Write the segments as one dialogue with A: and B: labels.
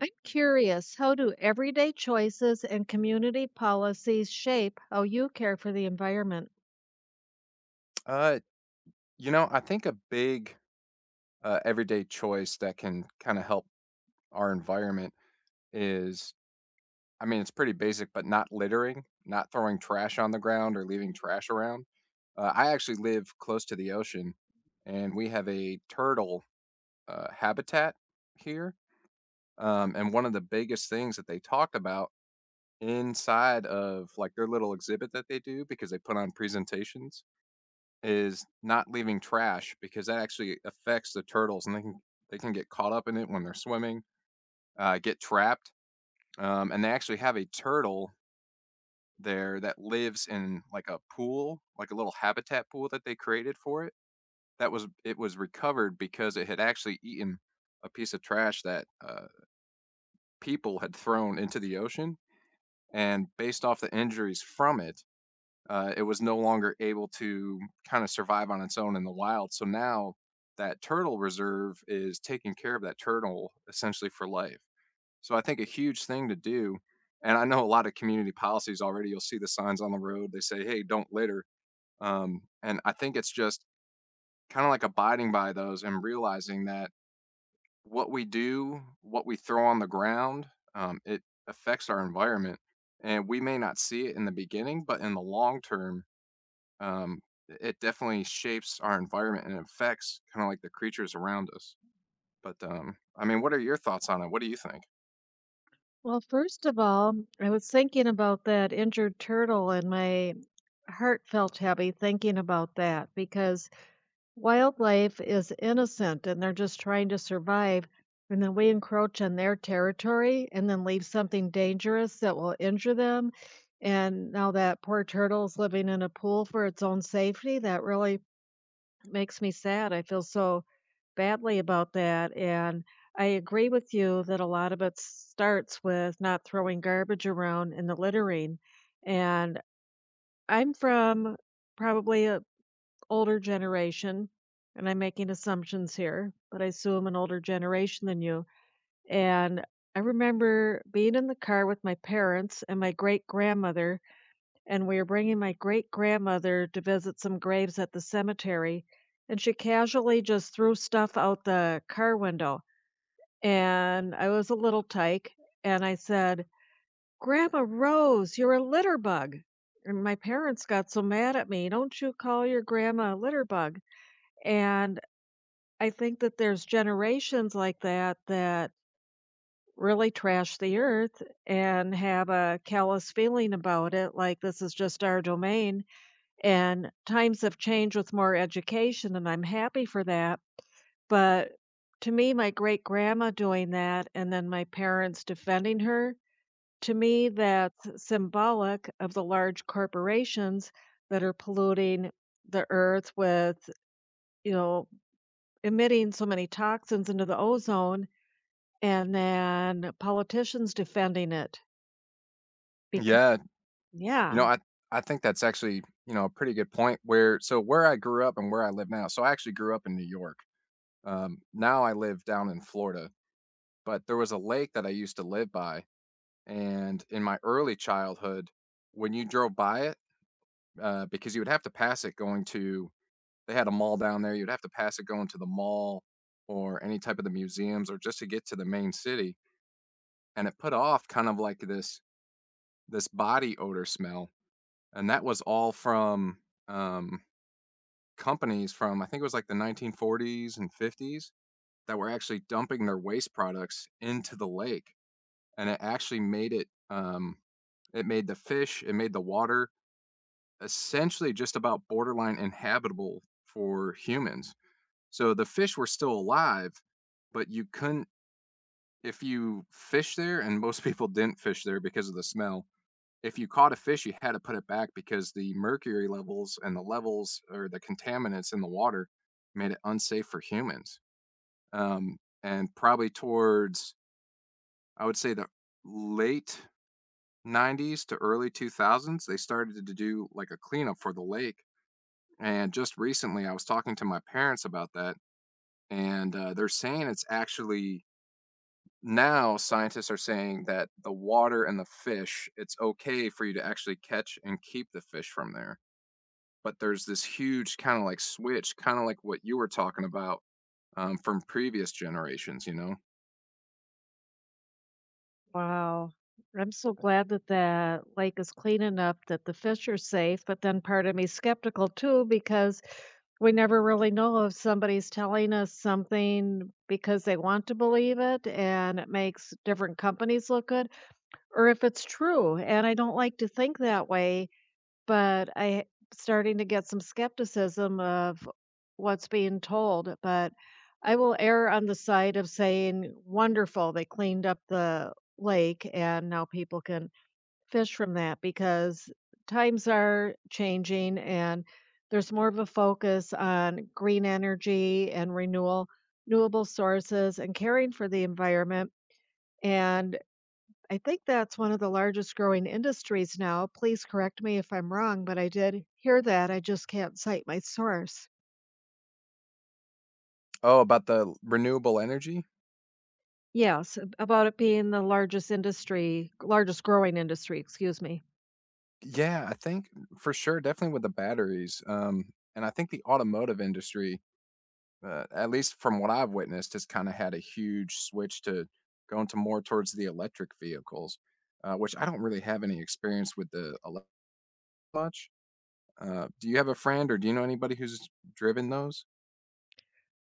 A: I'm curious, how do everyday choices and community policies shape how you care for the environment?
B: Uh, I think a big everyday choice that can kind of help our environment is, I mean, it's pretty basic, but not littering, not throwing trash on the ground or leaving trash around. I actually live close to the ocean, and we have a turtle habitat here. And one of the biggest things that they talk about inside of like their little exhibit that they do because they put on presentations is not leaving trash because that actually affects the turtles and they can get caught up in it when they're swimming, get trapped. And they actually have a turtle there that lives in like a pool, like a little habitat pool that they created for it. That was it was recovered because it had actually eaten a piece of trash that people had thrown into the ocean, and based off the injuries from it, it was no longer able to kind of survive on its own in the wild. So now that turtle reserve is taking care of that turtle essentially for life. So I think a huge thing to do, and I know a lot of community policies already, you'll see the signs on the road. They say, hey, don't litter. And I think it's just kind of like abiding by those and realizing that what we do, what we throw on the ground, it affects our environment. And we may not see it in the beginning, but in the long term, um, it definitely shapes our environment and affects kind of like the creatures around us. But I mean, what are your thoughts on it? What do you think?
A: Well, first of all, I was thinking about that injured turtle, and my heart felt heavy thinking about that because wildlife is innocent and they're just trying to survive. And then we encroach on their territory and then leave something dangerous that will injure them. And now that poor turtle's living in a pool for its own safety, that really makes me sad. I feel so badly about that. And I agree with you that a lot of it starts with not throwing garbage around and the littering. And I'm from probably a older generation, and I'm making assumptions here, but I assume an older generation than you. And I remember being in the car with my parents and my great grandmother, and we were bringing my great grandmother to visit some graves at the cemetery, and she casually just threw stuff out the car window. And I was a little tyke, and I said, "Grandma Rose, you're a litter bug." And my parents got so mad at me. "Don't you call your grandma a litter bug?" And I think that there's generations like that that really trash the earth and have a callous feeling about it, like this is just our domain. And times have changed with more education, and I'm happy for that, but to me, my great-grandma doing that and then my parents defending her, to me, that's symbolic of the large corporations that are polluting the earth with, you know, emitting so many toxins into the ozone, and then politicians defending it because,
B: Yeah, you know,
A: yeah.
B: I think that's actually, you know, a pretty good point. Where so where I grew up and where I live now. So I actually grew up in New York. Now I live down in Florida. But there was a lake that I used to live by, and in my early childhood, when you drove by it, because you would have to pass it going to they had a mall down there, you'd have to pass it going to the mall or any type of the museums or just to get to the main city, and it put off kind of like this body odor smell, and that was all from, um, companies from I think it was like the 1940s and 50s that were actually dumping their waste products into the lake, and it actually made it, it made the fish, it made the water essentially just about borderline inhabitable for humans. So the fish were still alive, but you couldn't if you fish there, and most people didn't fish there because of the smell. If you caught a fish, you had to put it back because the mercury levels and the levels or the contaminants in the water made it unsafe for humans. Um, and probably towards, I would say, the late 90s to early 2000s, they started to do like a cleanup for the lake. And just recently, I was talking to my parents about that, and they're saying it's actually now scientists are saying that the water and the fish, it's okay for you to actually catch and keep the fish from there. But there's this huge kind of like switch, kind of like what you were talking about, from previous generations, you know?
A: Wow. I'm so glad that that lake is clean enough that the fish are safe, but then part of me skeptical too because we never really know if somebody's telling us something because they want to believe it and it makes different companies look good, or if it's true. And I don't like to think that way, but I starting to get some skepticism of what's being told, but I will err on the side of saying, "Wonderful, they cleaned up the lake and now people can fish from that," because times are changing and there's more of a focus on green energy and renewal renewable sources and caring for the environment, and I think that's one of the largest growing industries now. Please correct me if I'm wrong, but I did hear that. I just can't cite my source.
B: Oh, about the renewable energy?
A: Yes, about it being the largest industry, largest growing industry, excuse me.
B: Yeah, I think for sure, definitely with the batteries. And I think the automotive industry, at least from what I've witnessed, has kind of had a huge switch to going to more towards the electric vehicles, which I don't really have any experience with the electric. Much. Do you have a friend or do you know anybody who's driven those?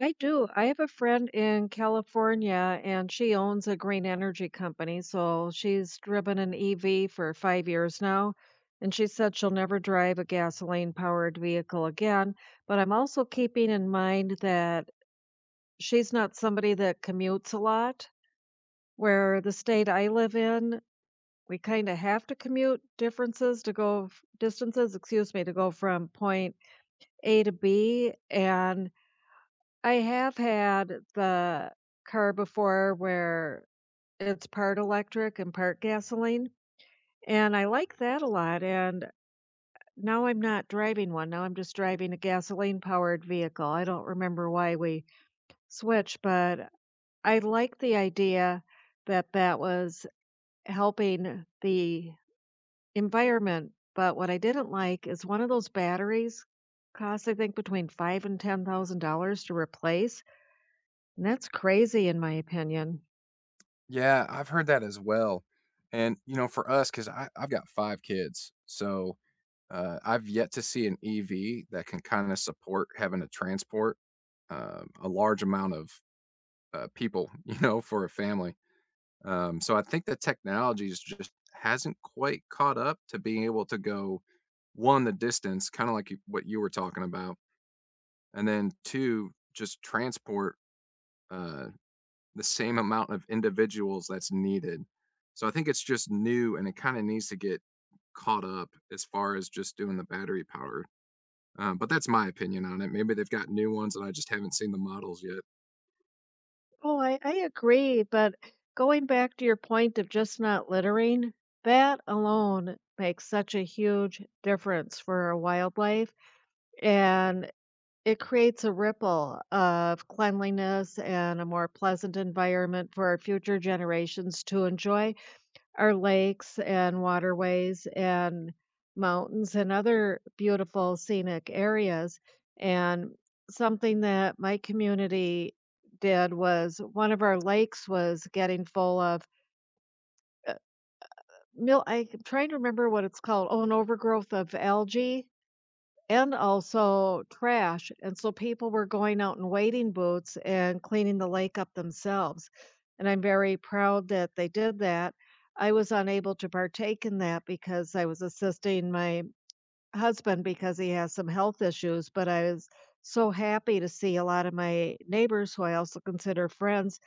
A: I do. I have a friend in California and she owns a green energy company. So she's driven an EV for 5 years now. And she said she'll never drive a gasoline powered vehicle again. But I'm also keeping in mind that she's not somebody that commutes a lot, where the state I live in, we kinda have to commute differences to go f distances, excuse me, to go from point A to B, and I have had the car before where it's part electric and part gasoline, and I like that a lot, and now I'm not driving one, now I'm just driving a gasoline-powered vehicle. I don't remember why we switched, but I like the idea that that was helping the environment, but what I didn't like is one of those batteries costs, I think, between five and $10,000 to replace, and that's crazy in my opinion.
B: Yeah, I've heard that as well. And you know, for us, because I've got five kids, so I've yet to see an EV that can kind of support having to transport a large amount of people, you know, for a family. So I think the technology is just hasn't quite caught up to being able to go, 1, the distance, kinda like you what you were talking about, and then 2, just transport, uh, the same amount of individuals that's needed. So I think it's just new and it kinda needs to get caught up as far as just doing the battery power, but that's my opinion on it. Maybe they've got new ones and I just haven't seen the models yet.
A: Oh, I agree. But going back to your point of just not littering, that alone makes such a huge difference for our wildlife. And it creates a ripple of cleanliness and a more pleasant environment for our future generations to enjoy our lakes and waterways and mountains and other beautiful scenic areas. And something that my community did was one of our lakes was getting full of uh, I'm trying to remember what it's called. Oh, an overgrowth of algae and also trash, and so people were going out in wading boots and cleaning the lake up themselves, and I'm very proud that they did that. I was unable to partake in that because I was assisting my husband because he has some health issues, but I was so happy to see a lot of my neighbors who I also consider friends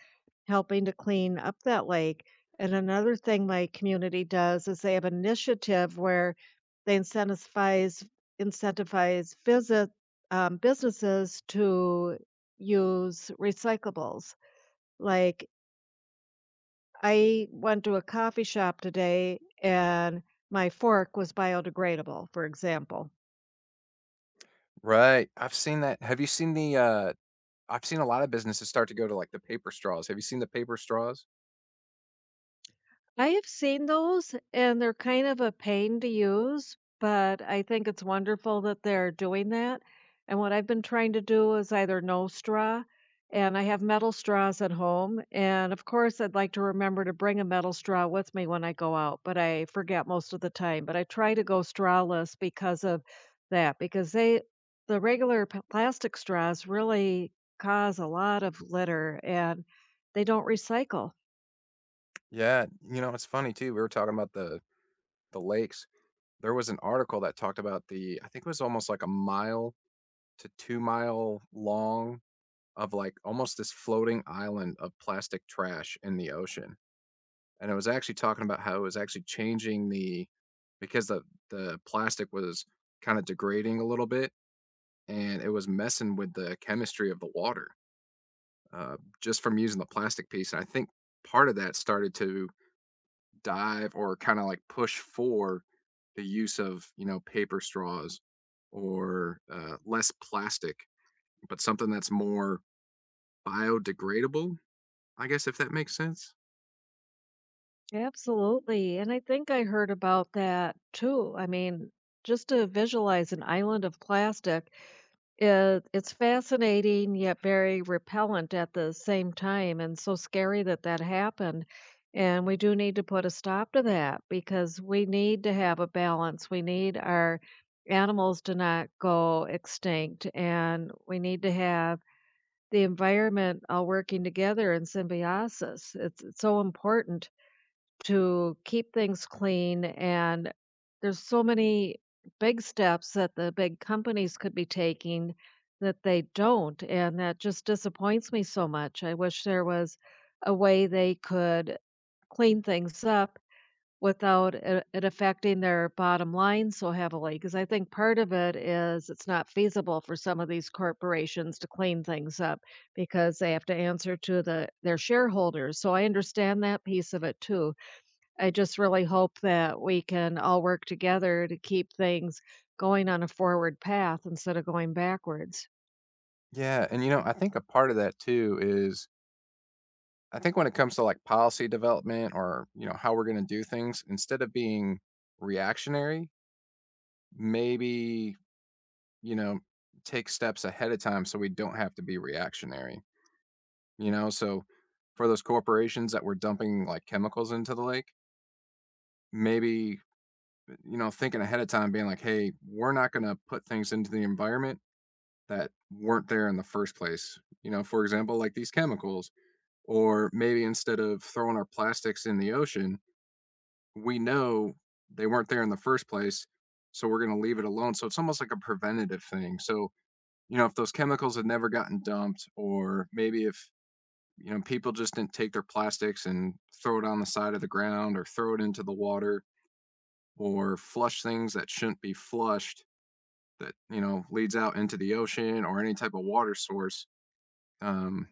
A: helping to clean up that lake. And another thing my community does is they have an initiative where they incentivize incentivize visit businesses to use recyclables. Like I went to a coffee shop today and my fork was biodegradable, for example.
B: Right. I've seen that. Have you seen the I've seen a lot of businesses start to go to like the paper straws. Have you seen the paper straws?
A: I have seen those, and they're kind of a pain to use, but I think it's wonderful that they're doing that. And what I've been trying to do is either no straw, and I have metal straws at home. And of course, I'd like to remember to bring a metal straw with me when I go out, but I forget most of the time. But I try to go strawless because of that, because the regular plastic straws really cause a lot of litter and they don't recycle.
B: Yeah, you know, it's funny too. We were talking about the lakes. There was an article that talked about the I think it was almost like a mile to 2 mile long of like almost this floating island of plastic trash in the ocean. And it was actually talking about how it was actually changing the because the plastic was kind of degrading a little bit and it was messing with the chemistry of the water, just from using the plastic piece. And I think part of that started to dive or kind of like push for the use of, you know, paper straws or less plastic, but something that's more biodegradable I guess if that makes sense.
A: Absolutely, and I think I heard about that too. I mean, just to visualize an island of plastic, it's fascinating yet very repellent at the same time, and so scary that that happened. And we do need to put a stop to that because we need to have a balance. We need our animals to not go extinct, and we need to have the environment all working together in symbiosis. It's so important to keep things clean, and there's so many big steps that the big companies could be taking that they don't, and that just disappoints me so much. I wish there was a way they could clean things up without it affecting their bottom line so heavily, because I think part of it is it's not feasible for some of these corporations to clean things up because they have to answer to their shareholders. So I understand that piece of it too. I just really hope that we can all work together to keep things going on a forward path instead of going backwards.
B: Yeah, and you know, I think a part of that too is I think when it comes to like policy development or you know how we're going to do things, instead of being reactionary, maybe you know take steps ahead of time so we don't have to be reactionary. You know, so for those corporations that were dumping like chemicals into the lake, maybe you know thinking ahead of time, being like, hey, we're not going to put things into the environment that weren't there in the first place. You know, for example, like these chemicals. Or maybe instead of throwing our plastics in the ocean, we know they weren't there in the first place, so we're gonna leave it alone. So it's almost like a preventative thing. So, you know, if those chemicals had never gotten dumped, or maybe if, you know, people just didn't take their plastics and throw it on the side of the ground or throw it into the water or flush things that shouldn't be flushed that, you know, leads out into the ocean or any type of water source, um,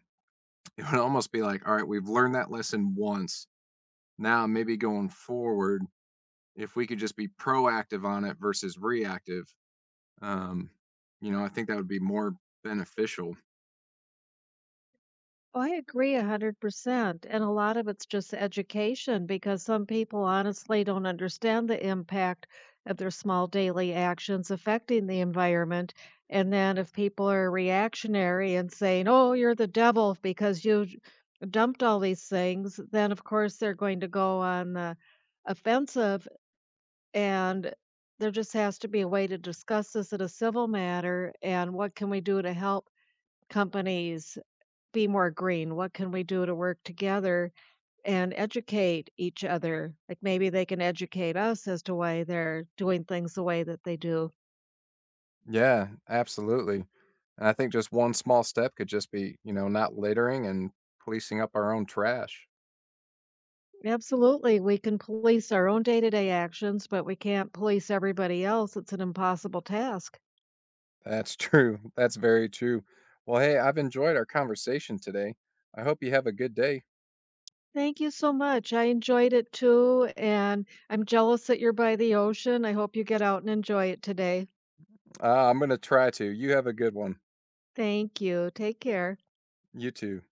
B: it would almost be like, all right, we've learned that lesson once, now maybe going forward if we could just be proactive on it versus reactive, um you know I think that would be more beneficial.
A: Oh, I agree 100%. And a lot of it's just education because some people honestly don't understand the impact of their small daily actions affecting the environment. And then if people are reactionary and saying, "Oh, you're the devil because you dumped all these things," then of course they're going to go on the offensive. And there just has to be a way to discuss this in a civil manner, and what can we do to help companies be more green? What can we do to work together and educate each other? Like maybe they can educate us as to why they're doing things the way that they do.
B: Yeah, absolutely. And I think just one small step could just be, you know, not littering and policing up our own trash.
A: Absolutely, we can police our own day-to-day actions, but we can't police everybody else. It's an impossible task.
B: That's true. That's very true. Well, hey, I've enjoyed our conversation today. I hope you have a good day.
A: Thank you so much. I enjoyed it too, and I'm jealous that you're by the ocean. I hope you get out and enjoy it today.
B: I'm going to try to. You have a good one.
A: Thank you. Take care.
B: You too.